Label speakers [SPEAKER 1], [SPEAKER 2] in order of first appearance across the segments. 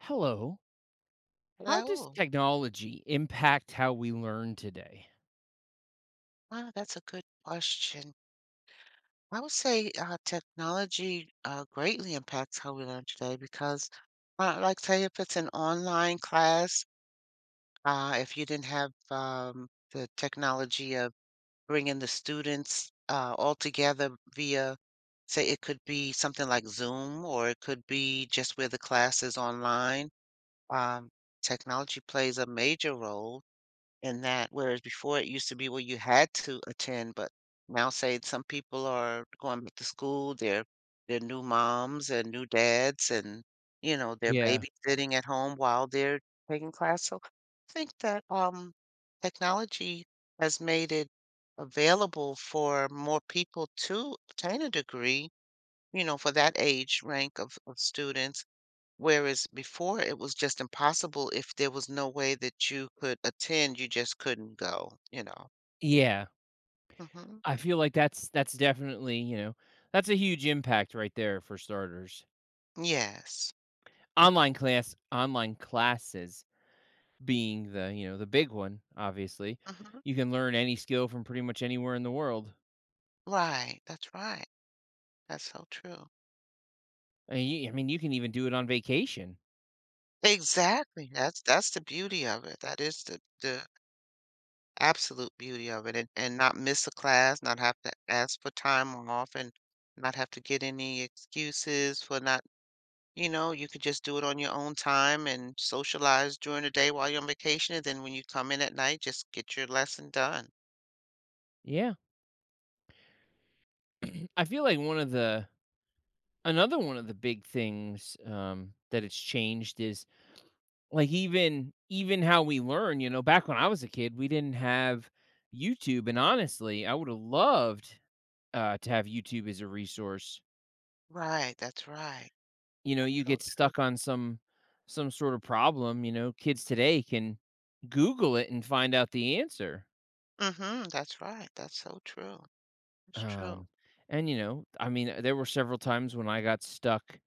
[SPEAKER 1] Hello. How does
[SPEAKER 2] Hello.
[SPEAKER 1] technology impact how we learn today?
[SPEAKER 2] Wow, that's a good question. I would say technology greatly impacts how we learn today because, like, say, if it's an online class, if you didn't have the technology of bringing the students all together via, say, it could be something like Zoom or it could be just where the class is online. Um, Technology plays a major role and that whereas before it used to be where you had to attend, but now say some people are going back to school, they're new moms and new dads and you know, they're
[SPEAKER 1] Yeah.
[SPEAKER 2] babysitting at home while they're taking class. So I think that technology has made it available for more people to obtain a degree, you know, for that age rank of students. Whereas before it was just impossible if there was no way that you could attend, you just couldn't go, you know?
[SPEAKER 1] Yeah,
[SPEAKER 2] Mhm.
[SPEAKER 1] I feel like that's definitely, you know, that's a huge impact right there for starters.
[SPEAKER 2] Yes.
[SPEAKER 1] Online classes being the, you know, the big one, obviously.
[SPEAKER 2] Mhm.
[SPEAKER 1] You can learn any skill from pretty much anywhere in the world.
[SPEAKER 2] Right. That's so true.
[SPEAKER 1] I mean, you can even do it on vacation.
[SPEAKER 2] Exactly, that's the beauty of it. That is the absolute beauty of it, and not miss a class, not have to ask for time off, and not have to get any excuses for not. You know, you could just do it on your own time and socialize during the day while you're on vacation, and then when you come in at night, just get your lesson done.
[SPEAKER 1] Yeah. I feel like one of the Another one of the big things that it's changed is like even how we learn. You know, back when I was a kid, we didn't have YouTube, and honestly, I would have loved to have YouTube as a resource.
[SPEAKER 2] Right, that's right.
[SPEAKER 1] You know, you
[SPEAKER 2] So
[SPEAKER 1] get
[SPEAKER 2] true.
[SPEAKER 1] stuck on some sort of problem. You know, kids today can Google it and find out the answer.
[SPEAKER 2] Mhm, that's right. That's so true. It's true.
[SPEAKER 1] Um, and you know, I mean, there were several times when I got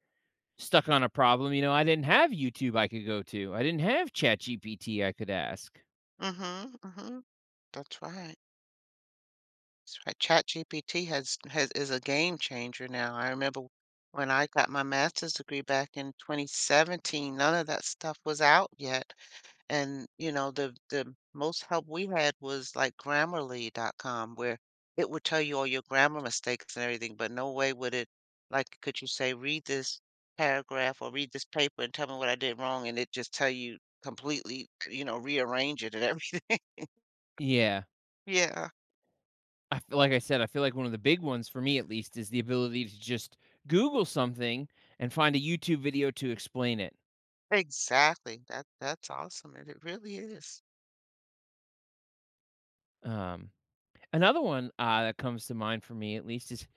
[SPEAKER 1] stuck on a problem. You know, I didn't have YouTube I could go to. I didn't have ChatGPT I could ask.
[SPEAKER 2] Mhm, mhm. That's right. That's right. Chat GPT has is a game changer now. I remember when I got my master's degree back in 2017, none of that stuff was out yet. And, you know, the most help we had was like Grammarly.com, where it would tell you all your grammar mistakes and everything, but no way would it, like, could you say, read this paragraph or read this paper and tell me what I did wrong, and it just tell you completely, you know, rearrange it and everything.
[SPEAKER 1] Yeah,
[SPEAKER 2] Yeah,
[SPEAKER 1] I feel like one of the big ones for me at least is the ability to just Google something and find a YouTube video to explain it.
[SPEAKER 2] exactly. That that's awesome, and it really is.
[SPEAKER 1] Um, another one that comes to mind for me at least is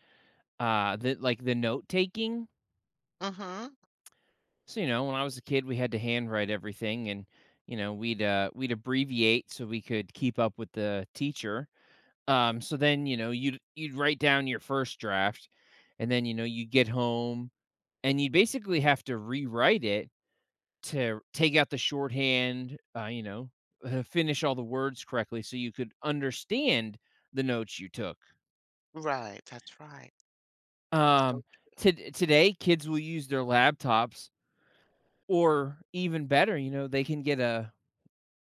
[SPEAKER 1] the note taking.
[SPEAKER 2] Mhm.
[SPEAKER 1] So you know, when I was a kid, we had to handwrite everything, and you know, we'd abbreviate so we could keep up with the teacher. So then you know, you'd write down your first draft, and then you know, you'd get home and you'd basically have to rewrite it to take out the shorthand, you know, finish all the words correctly so you could understand the notes you took.
[SPEAKER 2] Right. That's so
[SPEAKER 1] Um,
[SPEAKER 2] true.
[SPEAKER 1] to today, kids will use their laptops, or even better, you know, they can get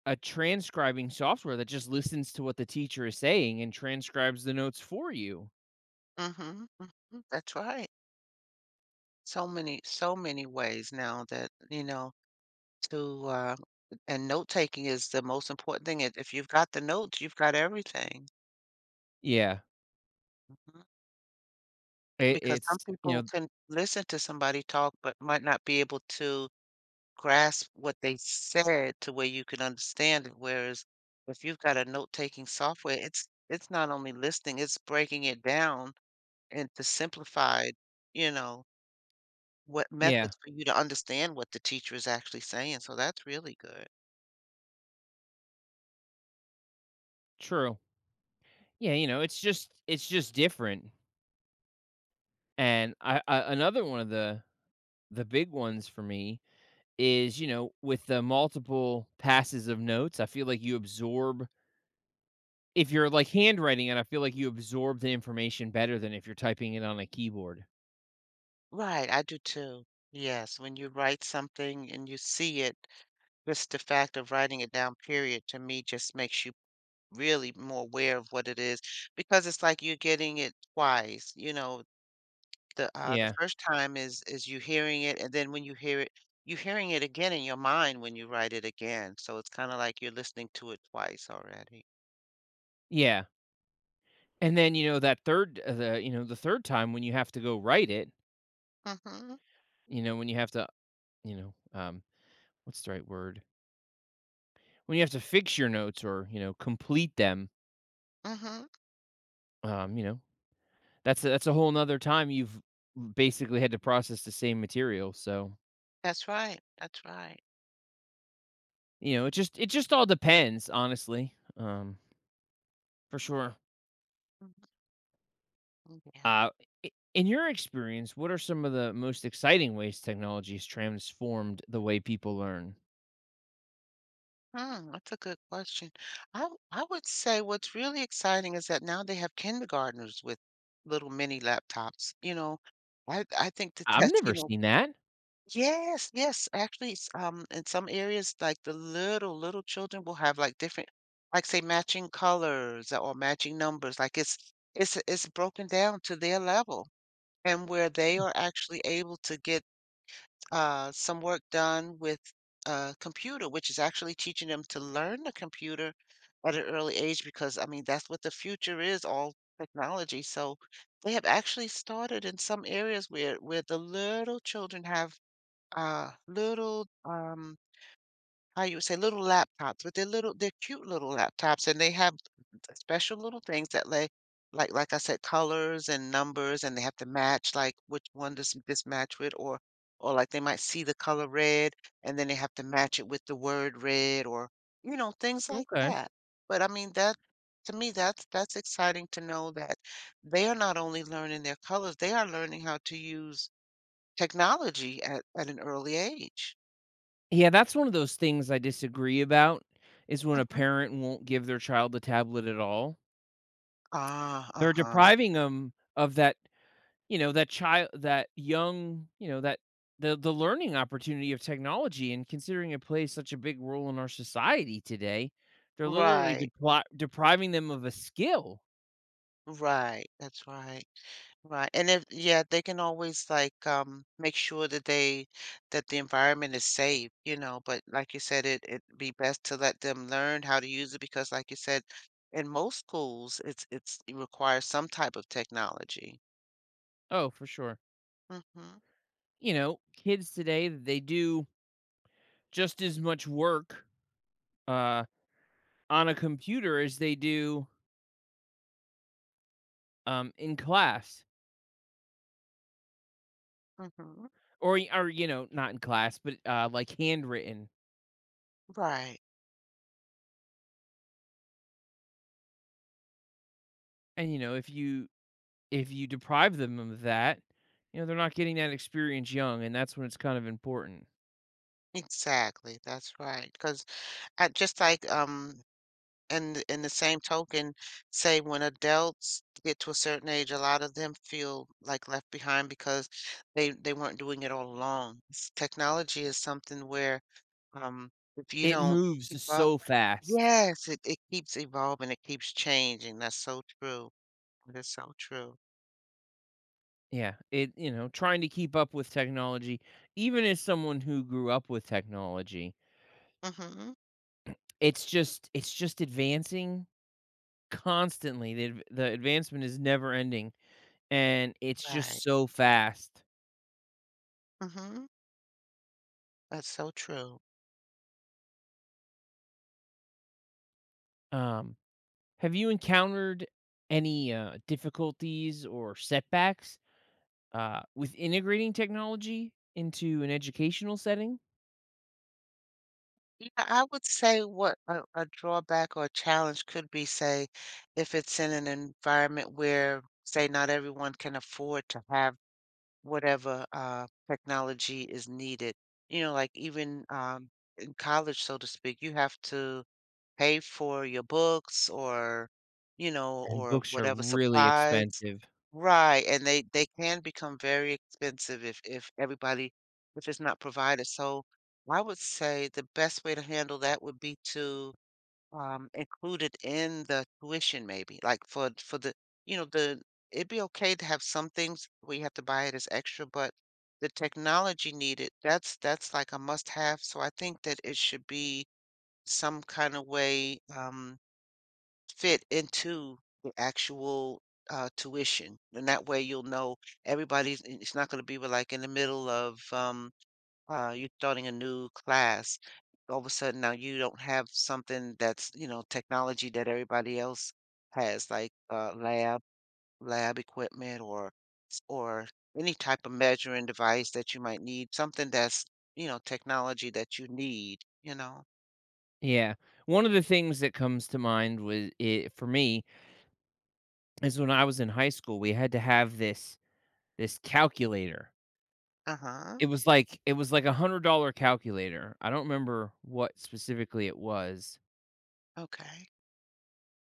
[SPEAKER 1] a transcribing software that just listens to what the teacher is saying and transcribes the notes for you.
[SPEAKER 2] Mhm. Mhm, that's right. So many, so many ways now that, you know, to, uh, and note taking is the most important thing. If you've got the notes, you've got everything.
[SPEAKER 1] Yeah,
[SPEAKER 2] Mhm. Because
[SPEAKER 1] it's
[SPEAKER 2] some
[SPEAKER 1] you
[SPEAKER 2] people
[SPEAKER 1] know,
[SPEAKER 2] can listen to somebody talk, but might not be able to grasp what they said to where you can understand it. Whereas if you've got a note-taking software, it's not only listening, it's breaking it down into simplified, you know, what
[SPEAKER 1] yeah,
[SPEAKER 2] methods for you to understand what the teacher is actually saying. So that's really good.
[SPEAKER 1] true. Yeah, you know, it's just different. And I Another one of the big ones for me is, you know, with the multiple passes of notes, I feel like you absorb . If you're like handwriting it, I feel like you absorb the information better than if you're typing it on a keyboard.
[SPEAKER 2] Right, I do too. Yes, when you write something and you see it, just the fact of writing it down, period, to me just makes you really more aware of what it is, because it's like you're getting it twice. You know, the
[SPEAKER 1] Yeah.
[SPEAKER 2] first time is you hearing it, and then when you hear it, you're hearing it again in your mind when you write it again. So it's kind of like you're listening to it twice already.
[SPEAKER 1] Yeah. And then, you know, that third the, you know, the third time when you have to go write it,
[SPEAKER 2] Mm-hmm.
[SPEAKER 1] you know, when you have to, you know, what's the right word? When you have to fix your notes or, you know, complete them,
[SPEAKER 2] Mm-hmm.
[SPEAKER 1] you know, that's a whole nother time you've basically had to process the same material. So,
[SPEAKER 2] That's right. That's right.
[SPEAKER 1] you know, it just all depends, honestly, for sure.
[SPEAKER 2] Mhm, yeah.
[SPEAKER 1] Uh, I in your experience, what are some of the most exciting ways technology has transformed the way people learn?
[SPEAKER 2] Hmm, that's a good question. I would say what's really exciting is that now they have kindergartners with little mini laptops. You know, I think that
[SPEAKER 1] I've
[SPEAKER 2] that's,
[SPEAKER 1] never
[SPEAKER 2] you know,
[SPEAKER 1] seen that.
[SPEAKER 2] yes, yes, actually, in some areas, like the little children will have like different, like say matching colors or matching numbers. Like it's broken down to their level and where they are actually able to get some work done with a computer, which is actually teaching them to learn the computer at an early age because, I mean, that's what the future is, all technology. So they have actually started in some areas where the little children have little how you would say, little laptops, with their little, their cute little laptops, and they have special little things that like, like I said, colors and numbers, and they have to match, like which one does this match with, or like they might see the color red, and then they have to match it with the word red, or you know, things like
[SPEAKER 1] Okay.
[SPEAKER 2] that. But I mean, that to me, that's exciting to know that they are not only learning their colors, they are learning how to use technology at an early age.
[SPEAKER 1] Yeah, that's one of those things I disagree about is when a
[SPEAKER 2] Mhm.
[SPEAKER 1] parent won't give their child a tablet at all.
[SPEAKER 2] Ah,
[SPEAKER 1] They're
[SPEAKER 2] uh-huh.
[SPEAKER 1] depriving them of that, you know, that child that young. You know, that the learning opportunity of technology, and considering it plays such a big role in our society today, they're literally
[SPEAKER 2] Right,
[SPEAKER 1] depriving them of a skill.
[SPEAKER 2] right, that's right, right, and if yeah, they can always, like, make sure that they that the environment is safe, you know, but like you said, it it'd be best to let them learn how to use it because like you said, in most schools, it's it requires some type of technology.
[SPEAKER 1] Oh, for sure.
[SPEAKER 2] Mhm,
[SPEAKER 1] You know, kids today, they do just as much work, uh, on a computer as they do, in class
[SPEAKER 2] mhm,
[SPEAKER 1] you know, not in class, but, like, handwritten.
[SPEAKER 2] right,
[SPEAKER 1] And, you know, if you deprive them of that, you know, they're not getting that experience young, and that's when it's kind of important.
[SPEAKER 2] exactly, that's right. Because just like, um, and in the same token, say when adults get to a certain age, a lot of them feel like left behind because they weren't doing it all along. Technology is something where um, if you
[SPEAKER 1] It
[SPEAKER 2] don't keep
[SPEAKER 1] moves
[SPEAKER 2] up,
[SPEAKER 1] so fast.
[SPEAKER 2] yes, it keeps evolving, it keeps changing. That's so true. That's so true.
[SPEAKER 1] Yeah, it you know, trying to keep up with technology, even as someone who grew up with technology,
[SPEAKER 2] Hmm.
[SPEAKER 1] it's just advancing constantly. The advancement is never ending, and it's
[SPEAKER 2] Right.
[SPEAKER 1] just so fast.
[SPEAKER 2] Hmm. That's so true.
[SPEAKER 1] Um, have you encountered any, difficulties or setbacks with integrating technology into an educational setting?
[SPEAKER 2] Yeah, I would say what a drawback or a challenge could be, say, if it's in an environment where, say, not everyone can afford to have whatever technology is needed. You know, like even in college, so to speak, you have to pay for your books or, you know,
[SPEAKER 1] And
[SPEAKER 2] or
[SPEAKER 1] books are
[SPEAKER 2] whatever
[SPEAKER 1] really
[SPEAKER 2] supplies.
[SPEAKER 1] expensive.
[SPEAKER 2] Right, and they can become very expensive if everybody if it's not provided. So I would say the best way to handle that would be to include it in the tuition maybe. Like for the you know the it'd be okay to have some things where you have to buy it as extra, but the technology needed, that's like a must have. So I think that it should be some kind of way fit into the actual tuition. And that way you'll know everybody's, it's not going to be with, like in the middle of you starting a new class. All of a sudden now you don't have something that's, you know, technology that everybody else has, like lab, lab equipment or, or any type of measuring device that you might need, something that's, you know, technology that you need, you know.
[SPEAKER 1] Yeah. One of the things that comes to mind was it for me is when I was in high school, we had to have this calculator.
[SPEAKER 2] Uh-huh.
[SPEAKER 1] It was like a $100 calculator. I don't remember what specifically it was.
[SPEAKER 2] Okay.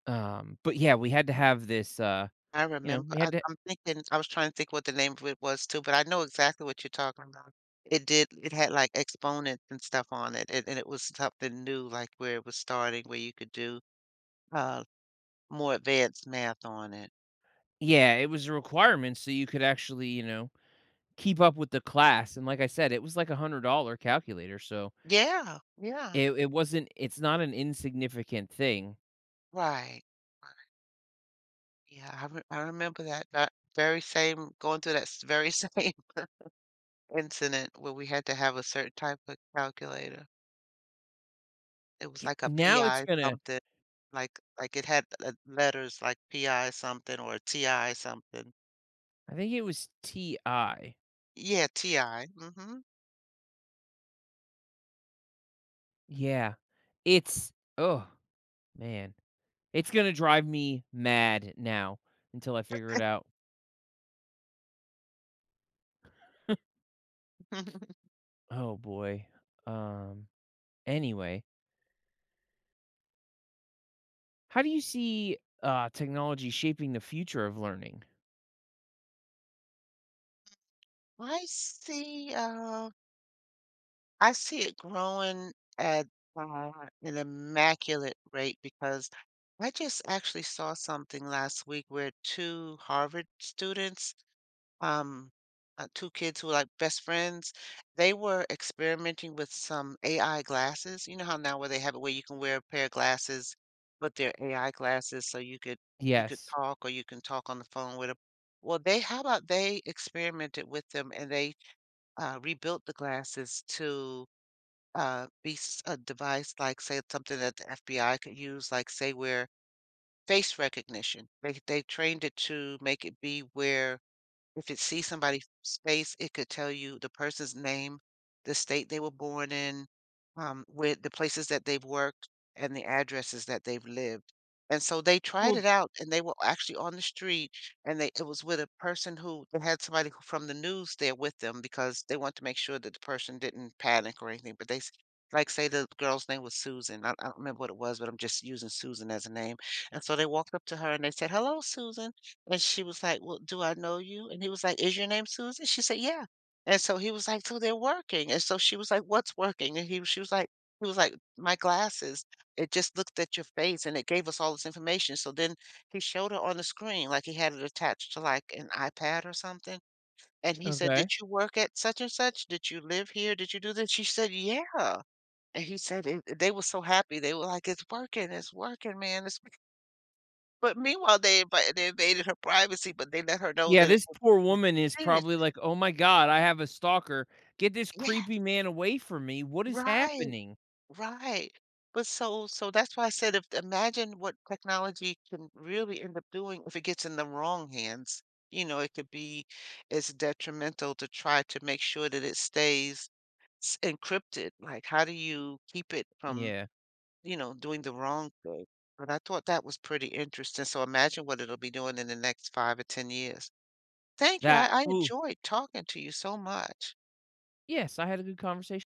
[SPEAKER 1] But yeah, we had to have this
[SPEAKER 2] I
[SPEAKER 1] you know,
[SPEAKER 2] remember.
[SPEAKER 1] we had to
[SPEAKER 2] I'm thinking I was trying to think what the name of it was too, but I know exactly what you're talking about. It had, like, exponents and stuff on it, and it was something new, like, where it was starting, where you could do, uh, more advanced math on it.
[SPEAKER 1] yeah, it was a requirement so you could actually, you know, keep up with the class. And like I said, it was like a $100 calculator, so
[SPEAKER 2] Yeah, yeah,
[SPEAKER 1] it's not an insignificant thing.
[SPEAKER 2] right. Right, yeah, I remember that that very same going through that s very same incident where we had to have a certain type of calculator. It was
[SPEAKER 1] Yeah,
[SPEAKER 2] like a
[SPEAKER 1] now it's
[SPEAKER 2] PI
[SPEAKER 1] gonna
[SPEAKER 2] something, like it had, letters like PI something or TI something.
[SPEAKER 1] I think it was TI.
[SPEAKER 2] Yeah, TI, mhm.
[SPEAKER 1] Yeah. It's oh, man. It's gonna drive me mad now until I figure it out. Oh, boy. Um, anyway, how do you see, technology shaping the future of learning?
[SPEAKER 2] I see, uh, I see it growing at, uh, an immaculate rate because I just actually saw something last week where two Harvard students um, two kids who were like best friends. They were experimenting with some AI glasses. You know how now where they have it where you can wear a pair of glasses, but they're AI glasses, so you could
[SPEAKER 1] Yes.
[SPEAKER 2] talk or you can talk on the phone with them. Well, they how about they experimented with them and they rebuilt the glasses to be a device like say something that the FBI could use, like say where face recognition. They trained it to make it be where if it sees somebody's face, it could tell you the person's name, the state they were born in, where the places that they've worked, and the addresses that they've lived. And so they tried
[SPEAKER 1] Well,
[SPEAKER 2] it out, and they were actually on the street, and they it was with a person who they had somebody who from the news there with them, because they wanted to make sure that the person didn't panic or anything. But they, s- like, say the girl's name was Susan. I don't remember what it was, but I'm just using Susan as a name. And so they walked up to her and they said, "Hello, Susan." And she was like, "Well, do I know you?" And he was like, "Is your name Susan?" She said, "Yeah." And so he was like, "So they're working." And so she was like, "What's working?" And he was she was like, he was like, "My glasses. It just looked at your face and it gave us all this information." So then he showed her on the screen, like he had it attached to like an iPad or something. And he said, "Did
[SPEAKER 1] okay.
[SPEAKER 2] you work at such and such? Did you live here? Did you do this?" She said, "Yeah." And he said, it, they were so happy. They were like, "It's working. It's working, man. It's" but meanwhile, they invaded her privacy, but they let her know
[SPEAKER 1] Yeah,
[SPEAKER 2] that it
[SPEAKER 1] this
[SPEAKER 2] was
[SPEAKER 1] poor woman is
[SPEAKER 2] serious.
[SPEAKER 1] probably like, "Oh my god, I have a stalker. Get this
[SPEAKER 2] Yes,
[SPEAKER 1] creepy man away from me. What is
[SPEAKER 2] right,
[SPEAKER 1] happening?"
[SPEAKER 2] right. But so so that's why I said if imagine what technology can really end up doing if it gets in the wrong hands. You know, it could be as detrimental to try to make sure that it stays encrypted. Like, how do you keep it from,
[SPEAKER 1] Yeah,
[SPEAKER 2] you know, doing the wrong thing? But I thought that was pretty interesting. So imagine what it'll be doing in the next five or 10 years. Thank you.
[SPEAKER 1] that,
[SPEAKER 2] I
[SPEAKER 1] ooh,
[SPEAKER 2] enjoyed talking to you so much.
[SPEAKER 1] yes, I had a good conversation.